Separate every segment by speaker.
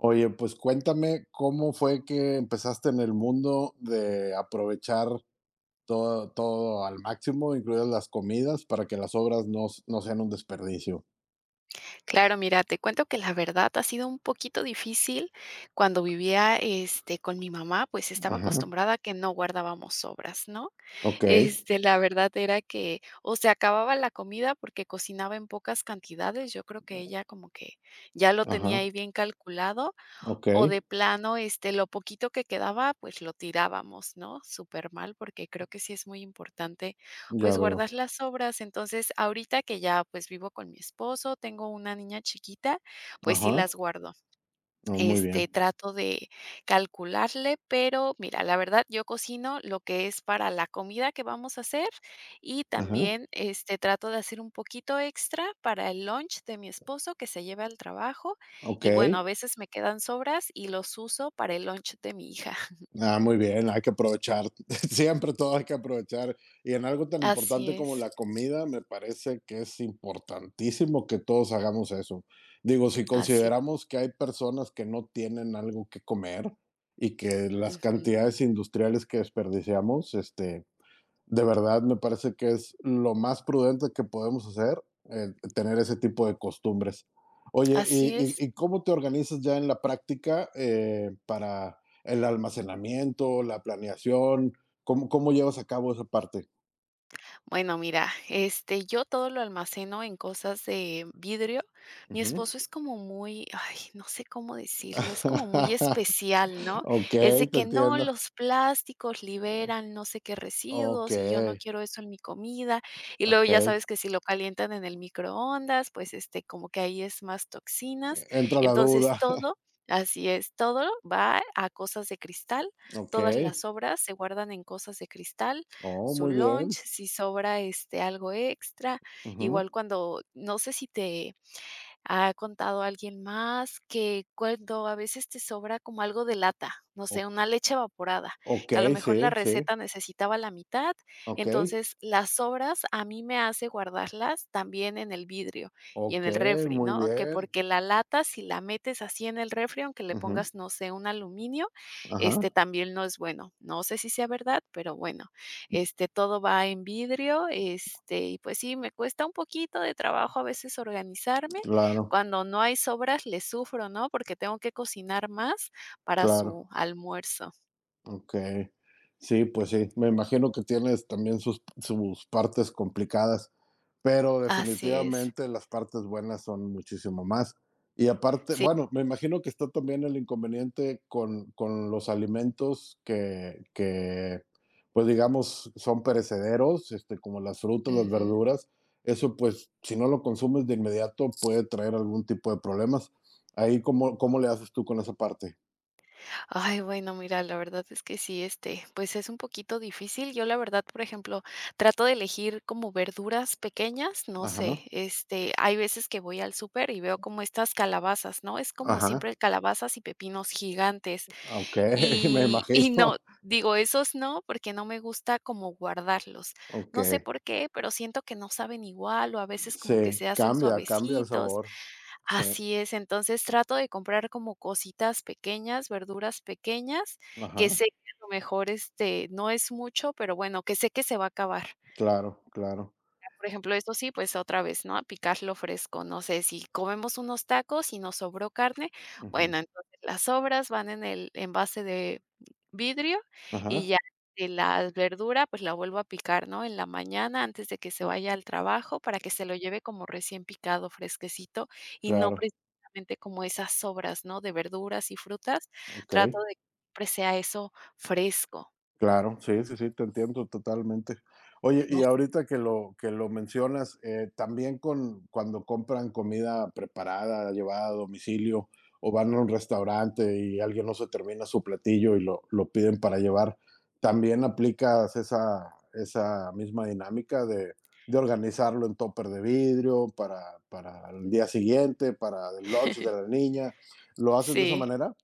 Speaker 1: Oye, pues cuéntame cómo fue que empezaste en el mundo de aprovechar todo, todo al máximo, incluidas las comidas, para que las obras no sean un desperdicio.
Speaker 2: Claro, mira, te cuento que la verdad ha sido un poquito difícil. Cuando vivía, este, con mi mamá, pues, estaba
Speaker 1: Ajá,
Speaker 2: acostumbrada a que no guardábamos sobras, ¿no?
Speaker 1: ok,
Speaker 2: Este, la verdad era que o se acababa la comida porque cocinaba en pocas cantidades. Yo creo que ella como que ya lo tenía ahí
Speaker 1: ajá,
Speaker 2: bien calculado
Speaker 1: ok,
Speaker 2: o de plano, este, lo poquito que quedaba, pues lo tirábamos, ¿no? Súper mal porque creo que sí es muy importante,
Speaker 1: ya
Speaker 2: pues guardar
Speaker 1: veo.
Speaker 2: las sobras. Entonces, ahorita que ya, pues vivo con mi esposo, tengo una niña chiquita, pues sí
Speaker 1: Ajá,
Speaker 2: las guardo.
Speaker 1: no, muy
Speaker 2: Este,
Speaker 1: bien.
Speaker 2: trato de calcularle, pero mira, la verdad, yo cocino lo que es para la comida que vamos a hacer y
Speaker 1: Ajá,
Speaker 2: también, este, trato de hacer un poquito extra para el lunch de mi esposo que se lleva al trabajo
Speaker 1: ok.
Speaker 2: y, bueno, a veces me quedan sobras y los uso para el lunch de mi hija.
Speaker 1: Ah, muy bien, hay que aprovechar, siempre todo hay que aprovechar. Y en algo tan
Speaker 2: Así
Speaker 1: importante como
Speaker 2: es,
Speaker 1: la comida, me parece que es importantísimo que todos hagamos eso. Digo, si
Speaker 2: así
Speaker 1: consideramos que hay personas que no tienen algo que comer y que las
Speaker 2: ujú,
Speaker 1: cantidades industriales que desperdiciamos, este, de verdad me parece que es lo más prudente que podemos hacer, tener ese tipo de costumbres. Oye, ¿y,
Speaker 2: así
Speaker 1: y,
Speaker 2: es.
Speaker 1: y cómo te organizas ya en la práctica para el almacenamiento, la planeación? ¿Cómo llevas a cabo esa parte?
Speaker 2: Bueno, mira, este, yo todo lo almaceno en cosas de vidrio. Mi
Speaker 1: Ujú.
Speaker 2: esposo es como muy, ay, no sé cómo decirlo, es como muy especial, ¿no?
Speaker 1: Ok,
Speaker 2: Es de
Speaker 1: te
Speaker 2: que no,
Speaker 1: entiendo.
Speaker 2: los plásticos liberan no sé qué
Speaker 1: Ok,
Speaker 2: residuos y yo no quiero eso en mi comida. Y luego
Speaker 1: ok.
Speaker 2: ya sabes que si lo calientan en el microondas, pues este, como que ahí es más toxinas.
Speaker 1: Entra la
Speaker 2: Entonces
Speaker 1: duda.
Speaker 2: todo, así es, todo va a cosas de cristal.
Speaker 1: Ok.
Speaker 2: Todas las obras se guardan en cosas de cristal,
Speaker 1: Oh,
Speaker 2: su
Speaker 1: muy
Speaker 2: lunch,
Speaker 1: bien.
Speaker 2: si sobra, este, algo extra. Igual
Speaker 1: Ujú.
Speaker 2: cuando no sé si te ha contado alguien más que cuando a veces te sobra como algo de lata, no sé,
Speaker 1: O-
Speaker 2: una leche evaporada,
Speaker 1: ok,
Speaker 2: que a lo mejor la
Speaker 1: sí, sí.
Speaker 2: receta necesitaba la mitad,
Speaker 1: Ok,
Speaker 2: entonces las sobras a mí me hace guardarlas también en el vidrio y en
Speaker 1: ok,
Speaker 2: el refri,
Speaker 1: muy
Speaker 2: ¿no? Que
Speaker 1: bien.
Speaker 2: porque la lata, si la metes así en el refri, aunque le
Speaker 1: Ujú,
Speaker 2: pongas, no sé, un aluminio, este
Speaker 1: ajá,
Speaker 2: también no es bueno. No sé si sea verdad, pero bueno, este todo va en vidrio, este, y pues sí, me cuesta un poquito de trabajo a veces organizarme
Speaker 1: claro,
Speaker 2: cuando no hay sobras le sufro, ¿no? Porque tengo que cocinar más para su
Speaker 1: claro.
Speaker 2: almuerzo.
Speaker 1: Okey. Sí, pues sí, me imagino que tienes también sus partes complicadas, pero
Speaker 2: Así es.
Speaker 1: definitivamente las partes buenas son muchísimo más. Y aparte,
Speaker 2: Sí.
Speaker 1: bueno, me imagino que está también el inconveniente con los alimentos que, pues, digamos, son perecederos, este, como las frutas, las
Speaker 2: Ujú.
Speaker 1: verduras. Eso, pues, si no lo consumes de inmediato, puede traer algún tipo de problemas. Ahí, ¿cómo le haces tú con esa parte?
Speaker 2: Ay, bueno, mira, la verdad es que sí, este, pues es un poquito difícil. Yo, la verdad, por ejemplo, trato de elegir como verduras pequeñas, no sé,
Speaker 1: Ajá,
Speaker 2: este, hay veces que voy al súper y veo como estas calabazas, ¿no? Es como
Speaker 1: ajá.
Speaker 2: siempre calabazas y pepinos gigantes.
Speaker 1: Ah, ok, me
Speaker 2: Y y no,
Speaker 1: imagino.
Speaker 2: digo, esos no, porque no me gusta como guardarlos.
Speaker 1: Ok,
Speaker 2: No sé por qué, pero siento que no saben igual, o a veces como que
Speaker 1: sí,
Speaker 2: se hacen
Speaker 1: cambia, cambia el
Speaker 2: suavecitos.
Speaker 1: sabor. Sí,
Speaker 2: Así es, entonces trato de comprar como cositas pequeñas, verduras pequeñas, que
Speaker 1: ajá,
Speaker 2: sé que a lo mejor, este, no es mucho, pero bueno, que sé que se va a acabar.
Speaker 1: claro, claro.
Speaker 2: Por ejemplo, eso sí, pues otra vez, ¿no? Picarlo fresco. No sé, si comemos unos tacos y nos sobró carne,
Speaker 1: Ujú,
Speaker 2: bueno, entonces las sobras van en el envase de vidrio y
Speaker 1: ajá,
Speaker 2: ya de la verdura, pues la vuelvo a picar, ¿no? En la mañana antes de que se vaya al trabajo para que se lo lleve como recién picado, fresquecito y no
Speaker 1: claro,
Speaker 2: precisamente como esas sobras, ¿no? De verduras y frutas.
Speaker 1: ok.
Speaker 2: Trato de que siempre sea eso fresco.
Speaker 1: Claro, sí, sí, sí, te entiendo totalmente. Oye,
Speaker 2: No.
Speaker 1: y ahorita que lo mencionas, también con cuando compran comida preparada, llevada a domicilio, o van a un restaurante y alguien no se termina su platillo y lo piden para llevar, ¿también aplicas esa misma dinámica de organizarlo en tóper de vidrio para el día siguiente, para el lunch de la niña? ¿Lo haces de esa
Speaker 2: Sí.
Speaker 1: manera?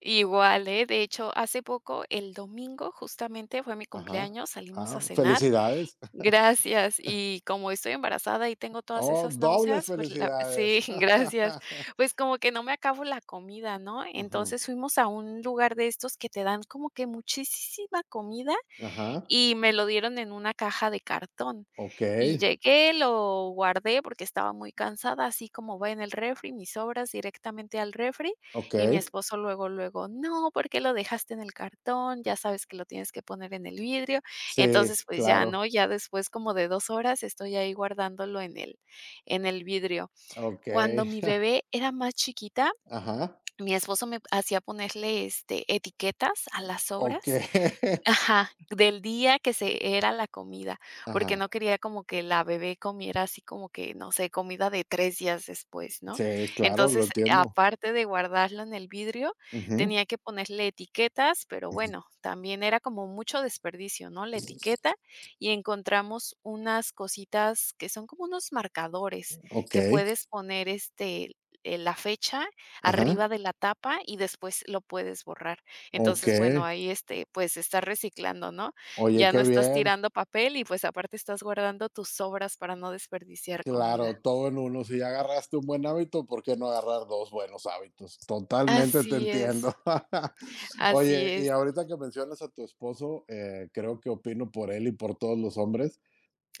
Speaker 2: Igual, ¿eh? De hecho, hace poco, el domingo, justamente fue mi
Speaker 1: Ajá.
Speaker 2: cumpleaños, salimos a
Speaker 1: Ah,
Speaker 2: cenar.
Speaker 1: felicidades.
Speaker 2: Gracias. Y como estoy embarazada y tengo todas
Speaker 1: Oh,
Speaker 2: esas
Speaker 1: dobles
Speaker 2: náuseas, pues la sí,
Speaker 1: felicidades.
Speaker 2: gracias. Pues como que no me acabo la comida, ¿no?
Speaker 1: Ujú,
Speaker 2: Entonces fuimos a un lugar de estos que te dan como que muchísima comida
Speaker 1: ajá.
Speaker 2: y me lo dieron en una caja de cartón.
Speaker 1: Ok,
Speaker 2: Y llegué, lo guardé porque estaba muy cansada, así como va en el refri, mis sobras directamente al refri,
Speaker 1: ok.
Speaker 2: y mi esposo luego, luego: "No, ¿por qué lo dejaste en el cartón? Ya sabes que lo tienes que poner en el vidrio".
Speaker 1: Sí,
Speaker 2: Entonces, pues ya, ¿no?
Speaker 1: claro.
Speaker 2: Ya después como de 2 horas estoy ahí guardándolo en el vidrio.
Speaker 1: Ok.
Speaker 2: Cuando mi bebé era más chiquita,
Speaker 1: Ajá.
Speaker 2: mi esposo me hacía ponerle, este, etiquetas a las
Speaker 1: Ok.
Speaker 2: sobras. Ajá, del día que se era la comida, porque no
Speaker 1: Ajá.
Speaker 2: quería como que la bebé comiera así como que, no sé, comida de 3 días después, ¿no?
Speaker 1: Sí, claro, lo
Speaker 2: Entonces,
Speaker 1: entiendo.
Speaker 2: aparte de guardarlo en el vidrio,
Speaker 1: Ujú,
Speaker 2: tenía que ponerle etiquetas, pero
Speaker 1: ujú,
Speaker 2: bueno, también era como mucho desperdicio, ¿no? La etiqueta y encontramos unas cositas que son como unos marcadores
Speaker 1: ok.
Speaker 2: que puedes poner, este, la fecha arriba
Speaker 1: Ajá.
Speaker 2: de la tapa y después lo puedes borrar.
Speaker 1: Ok.
Speaker 2: Entonces, bueno, ahí, este, pues, estás reciclando, ¿no?
Speaker 1: Oye,
Speaker 2: Ya no
Speaker 1: qué
Speaker 2: estás
Speaker 1: bien.
Speaker 2: tirando papel y, pues, aparte estás guardando tus sobras para no desperdiciar comida.
Speaker 1: Claro, todo en uno. Si ya agarraste un buen hábito, ¿por qué no agarrar dos buenos hábitos? Totalmente te
Speaker 2: Así es,
Speaker 1: entiendo.
Speaker 2: así
Speaker 1: Oye, y
Speaker 2: es.
Speaker 1: ahorita que mencionas a tu esposo, creo que opino por él y por todos los hombres.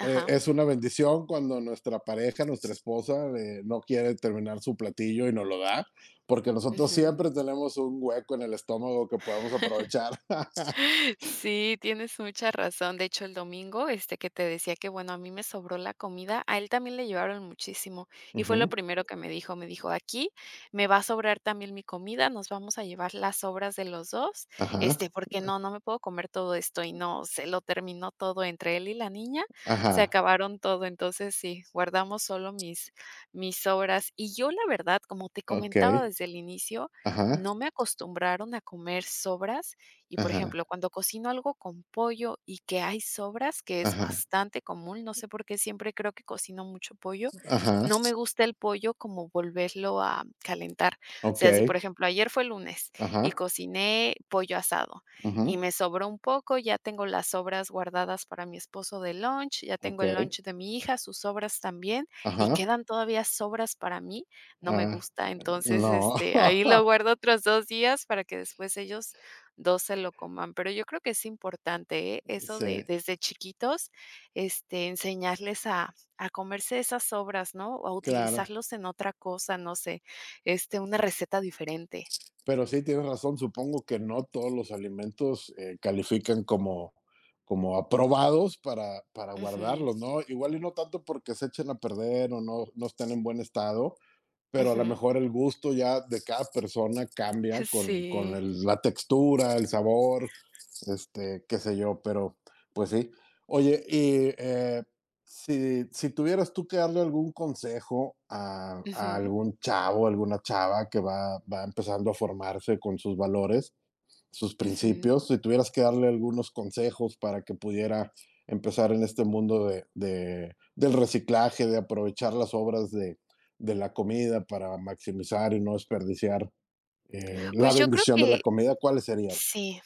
Speaker 1: Es una bendición cuando nuestra pareja, nuestra esposa, no quiere terminar su platillo y nos lo da, porque nosotros
Speaker 2: ujú.
Speaker 1: siempre tenemos un hueco en el estómago que podemos aprovechar.
Speaker 2: Sí, tienes mucha razón. De hecho, el domingo, este, que te decía que, bueno, a mí me sobró la comida, a él también le llevaron muchísimo. Y fue lo
Speaker 1: Ujú,
Speaker 2: primero que me dijo, aquí me va a sobrar también mi comida, nos vamos a llevar las sobras de los dos,
Speaker 1: ajá,
Speaker 2: este, porque no, no me puedo comer todo esto y no, se lo terminó todo entre él y la niña, se
Speaker 1: ajá,
Speaker 2: acabaron todo. Entonces, sí, guardamos solo mis sobras. Y yo, la verdad, como te
Speaker 1: ok,
Speaker 2: comentaba desde el inicio,
Speaker 1: ajá,
Speaker 2: no me acostumbraron a comer sobras y, por ejemplo,
Speaker 1: ajá,
Speaker 2: cuando cocino algo con pollo y que hay sobras, que es
Speaker 1: ajá,
Speaker 2: bastante común, no sé por qué siempre creo que cocino mucho pollo,
Speaker 1: ajá,
Speaker 2: no me gusta el pollo como volverlo a calentar. O
Speaker 1: ok,
Speaker 2: sea, si por ejemplo ayer fue lunes y
Speaker 1: ajá.
Speaker 2: cociné pollo asado y
Speaker 1: Ujú,
Speaker 2: me sobró un poco, ya tengo las sobras guardadas para mi esposo de lunch, ya tengo el
Speaker 1: okey.
Speaker 2: lunch de mi hija, sus sobras también, y
Speaker 1: Ajá.
Speaker 2: quedan todavía sobras para mí, no me
Speaker 1: Ah,
Speaker 2: gusta. Entonces,
Speaker 1: no.
Speaker 2: este, ahí lo guardo otros 2 días para que después ellos 2 se lo coman, pero yo creo que es importante, ¿eh? Eso de
Speaker 1: Sí,
Speaker 2: desde chiquitos, este, enseñarles a comerse esas sobras, ¿no? O a
Speaker 1: claro.
Speaker 2: utilizarlos en otra cosa, no sé, este, una receta diferente.
Speaker 1: Pero sí, tienes razón, supongo que no todos los alimentos, califican como como aprobados para
Speaker 2: Ujú,
Speaker 1: guardarlos, ¿no? Igual y no tanto porque se echen a perder o no estén en buen estado, pero a lo
Speaker 2: ujú.
Speaker 1: mejor el gusto ya de cada persona cambia con
Speaker 2: Sí.
Speaker 1: el- la textura, el sabor, este, qué sé yo, pero pues sí. Oye, y si tuvieras tú que darle algún consejo a
Speaker 2: Ujú,
Speaker 1: algún chavo, alguna chava que va empezando a formarse con sus valores, sus
Speaker 2: ujú.
Speaker 1: principios. Si tuvieras que darle algunos consejos para que pudiera empezar en este mundo de, del reciclaje, de aprovechar las obras de la comida para maximizar y no desperdiciar la
Speaker 2: Pues yo creo
Speaker 1: bendición de la
Speaker 2: que
Speaker 1: comida, ¿cuáles serían?
Speaker 2: sí.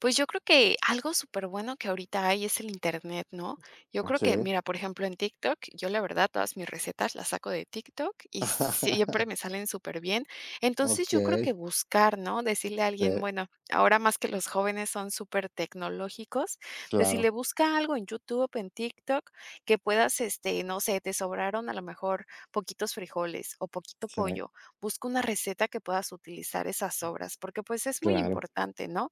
Speaker 2: Pues yo creo que algo súper bueno que ahorita hay es el internet, ¿no? Yo creo que,
Speaker 1: Sí.
Speaker 2: mira, por ejemplo, en TikTok, yo la verdad todas mis recetas las saco de TikTok y siempre me salen súper bien. Entonces,
Speaker 1: Ok,
Speaker 2: yo creo que buscar, ¿no? Decirle a alguien,
Speaker 1: sí,
Speaker 2: bueno, ahora más que los jóvenes son súper tecnológicos, decirle:
Speaker 1: claro,
Speaker 2: "Busca algo en YouTube, en TikTok, que puedas, este, no sé, te sobraron a lo mejor poquitos frijoles o poquito
Speaker 1: sí,
Speaker 2: pollo, busca una receta que puedas utilizar esas sobras", porque, pues, es muy
Speaker 1: claro,
Speaker 2: importante, ¿no?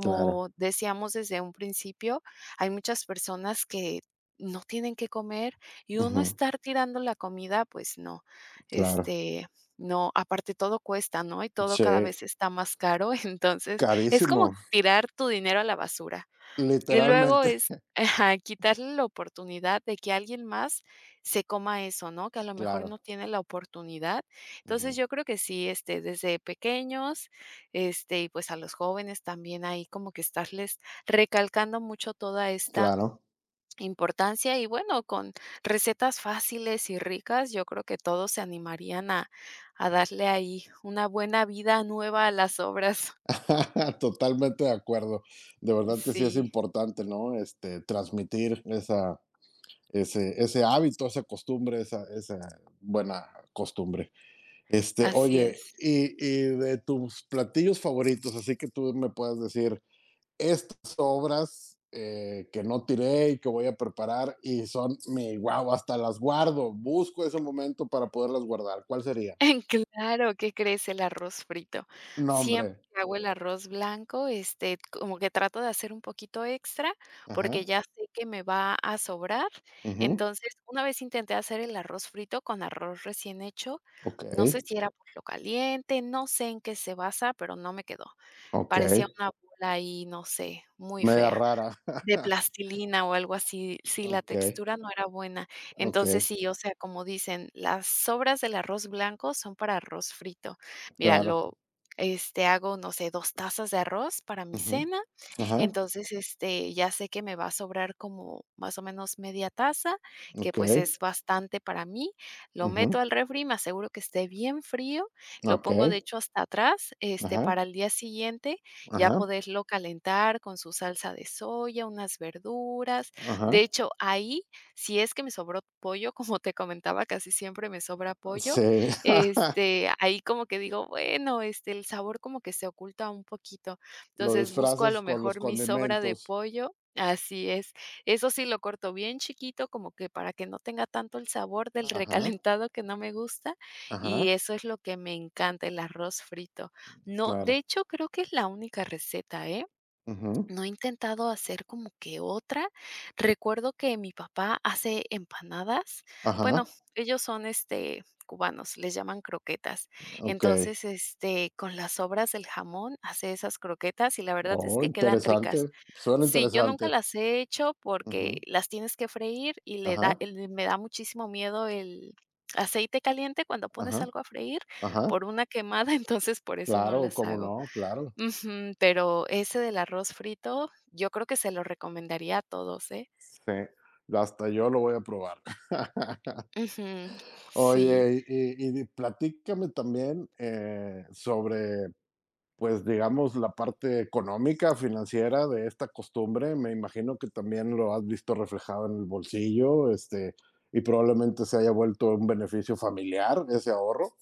Speaker 1: claro,
Speaker 2: decíamos desde un principio, hay muchas personas que no tienen que comer y uno
Speaker 1: ujú,
Speaker 2: estar tirando la comida, pues no,
Speaker 1: claro,
Speaker 2: este, no, aparte todo cuesta, ¿no? Y todo
Speaker 1: sí,
Speaker 2: cada vez está más caro, entonces es como
Speaker 1: carísimo,
Speaker 2: tirar tu dinero a la basura. Y luego
Speaker 1: literalmente,
Speaker 2: es ajá, quitarle la oportunidad de que alguien más se coma eso, ¿no? Que a lo mejor
Speaker 1: claro,
Speaker 2: no tiene la oportunidad. Entonces,
Speaker 1: ujú,
Speaker 2: yo creo que sí, este, desde pequeños, este, y pues a los jóvenes también ahí como que estarles recalcando mucho toda esta
Speaker 1: claro.
Speaker 2: importancia y bueno, con recetas fáciles y ricas, yo creo que todos se animarían a darle ahí una buena vida nueva a las obras.
Speaker 1: Totalmente de acuerdo. De verdad que sí es
Speaker 2: Sí,
Speaker 1: importante, ¿no? Este, transmitir esa, ese hábito, esa costumbre, esa buena costumbre. Este,
Speaker 2: así
Speaker 1: oye,
Speaker 2: es.
Speaker 1: y de tus platillos favoritos, así que tú me puedes decir estas obras que no tiré y que voy a preparar y son mi guau, hasta las guardo. Busco ese momento para poderlas guardar. ¿Cuál sería?
Speaker 2: Claro, ¿qué crees? El arroz frito.
Speaker 1: Nombre.
Speaker 2: Siempre que hago el arroz blanco, este, como que trato de hacer un poquito extra, porque
Speaker 1: Ajá.
Speaker 2: ya sé que me va a sobrar.
Speaker 1: Ujú,
Speaker 2: Entonces, una vez intenté hacer el arroz frito con arroz recién hecho.
Speaker 1: ok.
Speaker 2: No sé si era por lo caliente, no sé en qué se basa, pero no me quedó.
Speaker 1: Ok.
Speaker 2: Parecía una bola ahí, no sé, muy
Speaker 1: Media
Speaker 2: fea.
Speaker 1: rara.
Speaker 2: De plastilina o algo así, sí, la
Speaker 1: Ok,
Speaker 2: textura no era buena.
Speaker 1: ok,
Speaker 2: Entonces sí, o sea, como dicen, las sobras del arroz blanco son para arroz frito. Mira,
Speaker 1: claro.
Speaker 2: lo, este, hago, no sé, 2 tazas de arroz para mi
Speaker 1: Ujú,
Speaker 2: cena,
Speaker 1: ajá,
Speaker 2: entonces, este, ya sé que me va a sobrar como más o menos media taza, que
Speaker 1: ok,
Speaker 2: pues es bastante para mí, lo meto
Speaker 1: ujú,
Speaker 2: al refri, me aseguro que esté bien frío, lo
Speaker 1: ok,
Speaker 2: pongo de hecho hasta atrás, este, para
Speaker 1: ajá,
Speaker 2: el día siguiente ya
Speaker 1: ajá,
Speaker 2: poderlo calentar con su salsa de soya, unas verduras. De
Speaker 1: ajá.
Speaker 2: hecho, ahí, si es que me sobró pollo, como te comentaba, casi siempre me sobra pollo,
Speaker 1: Sí,
Speaker 2: este, ahí como que digo, bueno, este, el sabor como que se oculta un poquito.
Speaker 1: lo
Speaker 2: Entonces, busco a lo
Speaker 1: disfrazas con los
Speaker 2: mejor mi sobra de
Speaker 1: condimentos.
Speaker 2: pollo. Así es. Eso sí lo corto bien chiquito, como que para que no tenga tanto el sabor del
Speaker 1: Ajá,
Speaker 2: recalentado que no me gusta. Y
Speaker 1: ajá,
Speaker 2: eso es lo que me encanta, el arroz frito. No, de
Speaker 1: claro.
Speaker 2: hecho, creo que es la única receta, ¿eh?
Speaker 1: Ujú,
Speaker 2: No he intentado hacer como que otra. Recuerdo que mi papá hace empanadas.
Speaker 1: ajá,
Speaker 2: Bueno, ellos son, este, cubanos, les llaman croquetas.
Speaker 1: ok.
Speaker 2: Entonces, este, con las sobras del jamón hace esas croquetas y la verdad es
Speaker 1: Oh,
Speaker 2: que quedan ricas.
Speaker 1: interesante. Suena
Speaker 2: Sí, yo nunca
Speaker 1: interesante.
Speaker 2: las he hecho porque
Speaker 1: Ujú,
Speaker 2: las tienes que freír y le da,
Speaker 1: ajá,
Speaker 2: me da muchísimo miedo el aceite caliente cuando pones
Speaker 1: ajá,
Speaker 2: algo a freír
Speaker 1: ajá.
Speaker 2: por una quemada, entonces por eso no
Speaker 1: Claro,
Speaker 2: las
Speaker 1: cómo
Speaker 2: hago.
Speaker 1: no, claro.
Speaker 2: Ujú, pero ese del arroz frito, yo creo que se lo recomendaría a todos, ¿eh?
Speaker 1: Sí, hasta yo lo voy a probar.
Speaker 2: Ujú, sí.
Speaker 1: Oye, y platícame también, sobre, pues, digamos, la parte económica, financiera de esta costumbre. Me imagino que también lo has visto reflejado en el bolsillo, este, y probablemente se haya vuelto un beneficio familiar ese ahorro.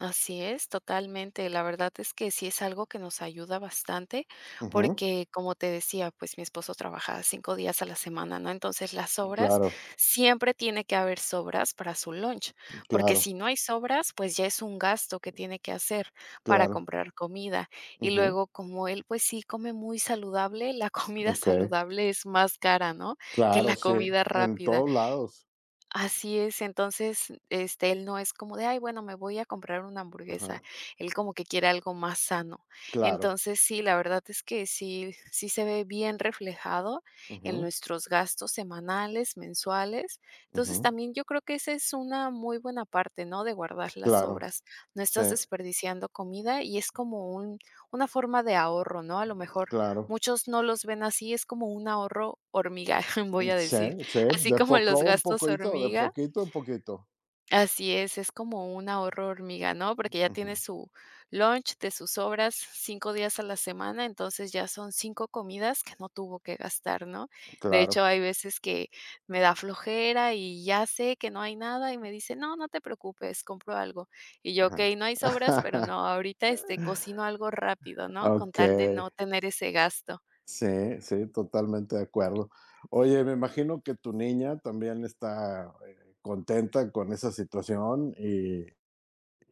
Speaker 2: Así es, totalmente. La verdad es que sí es algo que nos ayuda bastante,
Speaker 1: Ujú.
Speaker 2: porque como te decía, pues mi esposo trabaja 5 días a la semana, ¿no? Entonces las sobras,
Speaker 1: Claro,
Speaker 2: siempre tiene que haber sobras para su lunch, porque si
Speaker 1: claro,
Speaker 2: no hay sobras, pues ya es un gasto que tiene que hacer para
Speaker 1: claro.
Speaker 2: comprar comida. Y
Speaker 1: Ujú.
Speaker 2: luego, como él, pues sí come muy saludable, la comida
Speaker 1: Okey.
Speaker 2: saludable es más cara, ¿no? Que
Speaker 1: Claro,
Speaker 2: la
Speaker 1: sí,
Speaker 2: comida
Speaker 1: en
Speaker 2: rápida.
Speaker 1: todos lados.
Speaker 2: Así es, entonces, este, él no es como de: "Ay, bueno, me voy a comprar una hamburguesa".
Speaker 1: Ajá.
Speaker 2: Él como que quiere algo más sano.
Speaker 1: Claro.
Speaker 2: Entonces, sí, la verdad es que sí se ve bien reflejado en
Speaker 1: Ujú,
Speaker 2: nuestros gastos semanales, mensuales. Entonces,
Speaker 1: ujú.
Speaker 2: también yo creo que esa es una muy buena parte, ¿no?, de guardar las
Speaker 1: Claro.
Speaker 2: sobras. No
Speaker 1: Sí,
Speaker 2: estás desperdiciando comida y es como un una forma de ahorro, ¿no? A lo mejor
Speaker 1: claro.
Speaker 2: muchos no los ven así, es como un ahorro hormiga, voy a
Speaker 1: Sí,
Speaker 2: decir.
Speaker 1: sí,
Speaker 2: Así
Speaker 1: de
Speaker 2: como
Speaker 1: poco
Speaker 2: los
Speaker 1: en
Speaker 2: gastos
Speaker 1: poquito, de
Speaker 2: hormiga,
Speaker 1: poquito en poquito.
Speaker 2: así es como un ahorro hormiga, ¿no? Porque ya tiene
Speaker 1: Ujú,
Speaker 2: su lunch de sus sobras 5 días a la semana, entonces ya son 5 comidas que no tuvo que gastar, ¿no? De hecho,
Speaker 1: claro.
Speaker 2: hay veces que me da flojera y ya sé que no hay nada y me dice: "No, no te preocupes, compro algo". Y yo:
Speaker 1: Ajá.
Speaker 2: "Okey, no hay sobras, pero no, ahorita, este, cocino algo rápido", ¿no? Con tal de
Speaker 1: Okey.
Speaker 2: no tener ese gasto.
Speaker 1: Sí, sí, totalmente de acuerdo. Oye, me imagino que tu niña también está, contenta con esa situación y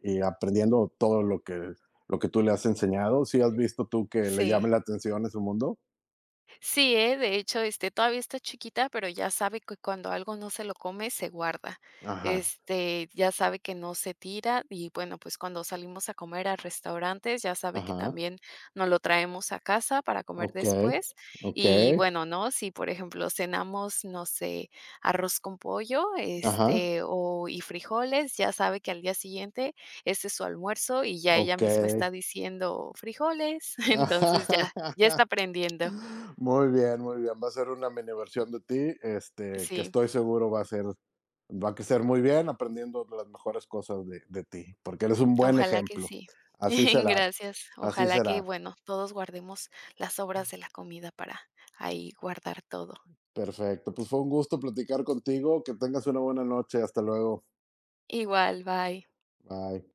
Speaker 1: aprendiendo todo lo que tú le has enseñado, ¿sí has visto tú que le
Speaker 2: Sí.
Speaker 1: llame la atención ese mundo?
Speaker 2: Sí, ¿eh? De hecho, este, todavía está chiquita, pero ya sabe que cuando algo no se lo come, se guarda.
Speaker 1: Ajá,
Speaker 2: Este, ya sabe que no se tira y bueno, pues cuando salimos a comer a restaurantes, ya sabe que
Speaker 1: ajá,
Speaker 2: también nos lo traemos a casa para comer
Speaker 1: okey,
Speaker 2: después. Y
Speaker 1: okey,
Speaker 2: bueno, ¿no? Si, por ejemplo, cenamos, no sé, arroz con pollo,
Speaker 1: ajá,
Speaker 2: este, o y frijoles, ya sabe que al día siguiente ese es su almuerzo y ya ella misma está
Speaker 1: okey.
Speaker 2: diciendo frijoles, entonces ya, ya está aprendiendo.
Speaker 1: Muy bien, muy bien. Va a ser una mini versión de ti, este, que
Speaker 2: Sí,
Speaker 1: estoy seguro va a ser, va a crecer muy bien aprendiendo las mejores cosas de ti, porque eres un buen
Speaker 2: ojalá que
Speaker 1: ejemplo.
Speaker 2: sí.
Speaker 1: Así será,
Speaker 2: Gracias.
Speaker 1: así
Speaker 2: Ojalá que,
Speaker 1: será.
Speaker 2: bueno, todos guardemos las sobras de la comida para ahí guardar todo.
Speaker 1: Perfecto. Pues fue un gusto platicar contigo. Que tengas una buena noche. Hasta luego.
Speaker 2: Igual, bye.
Speaker 1: Bye.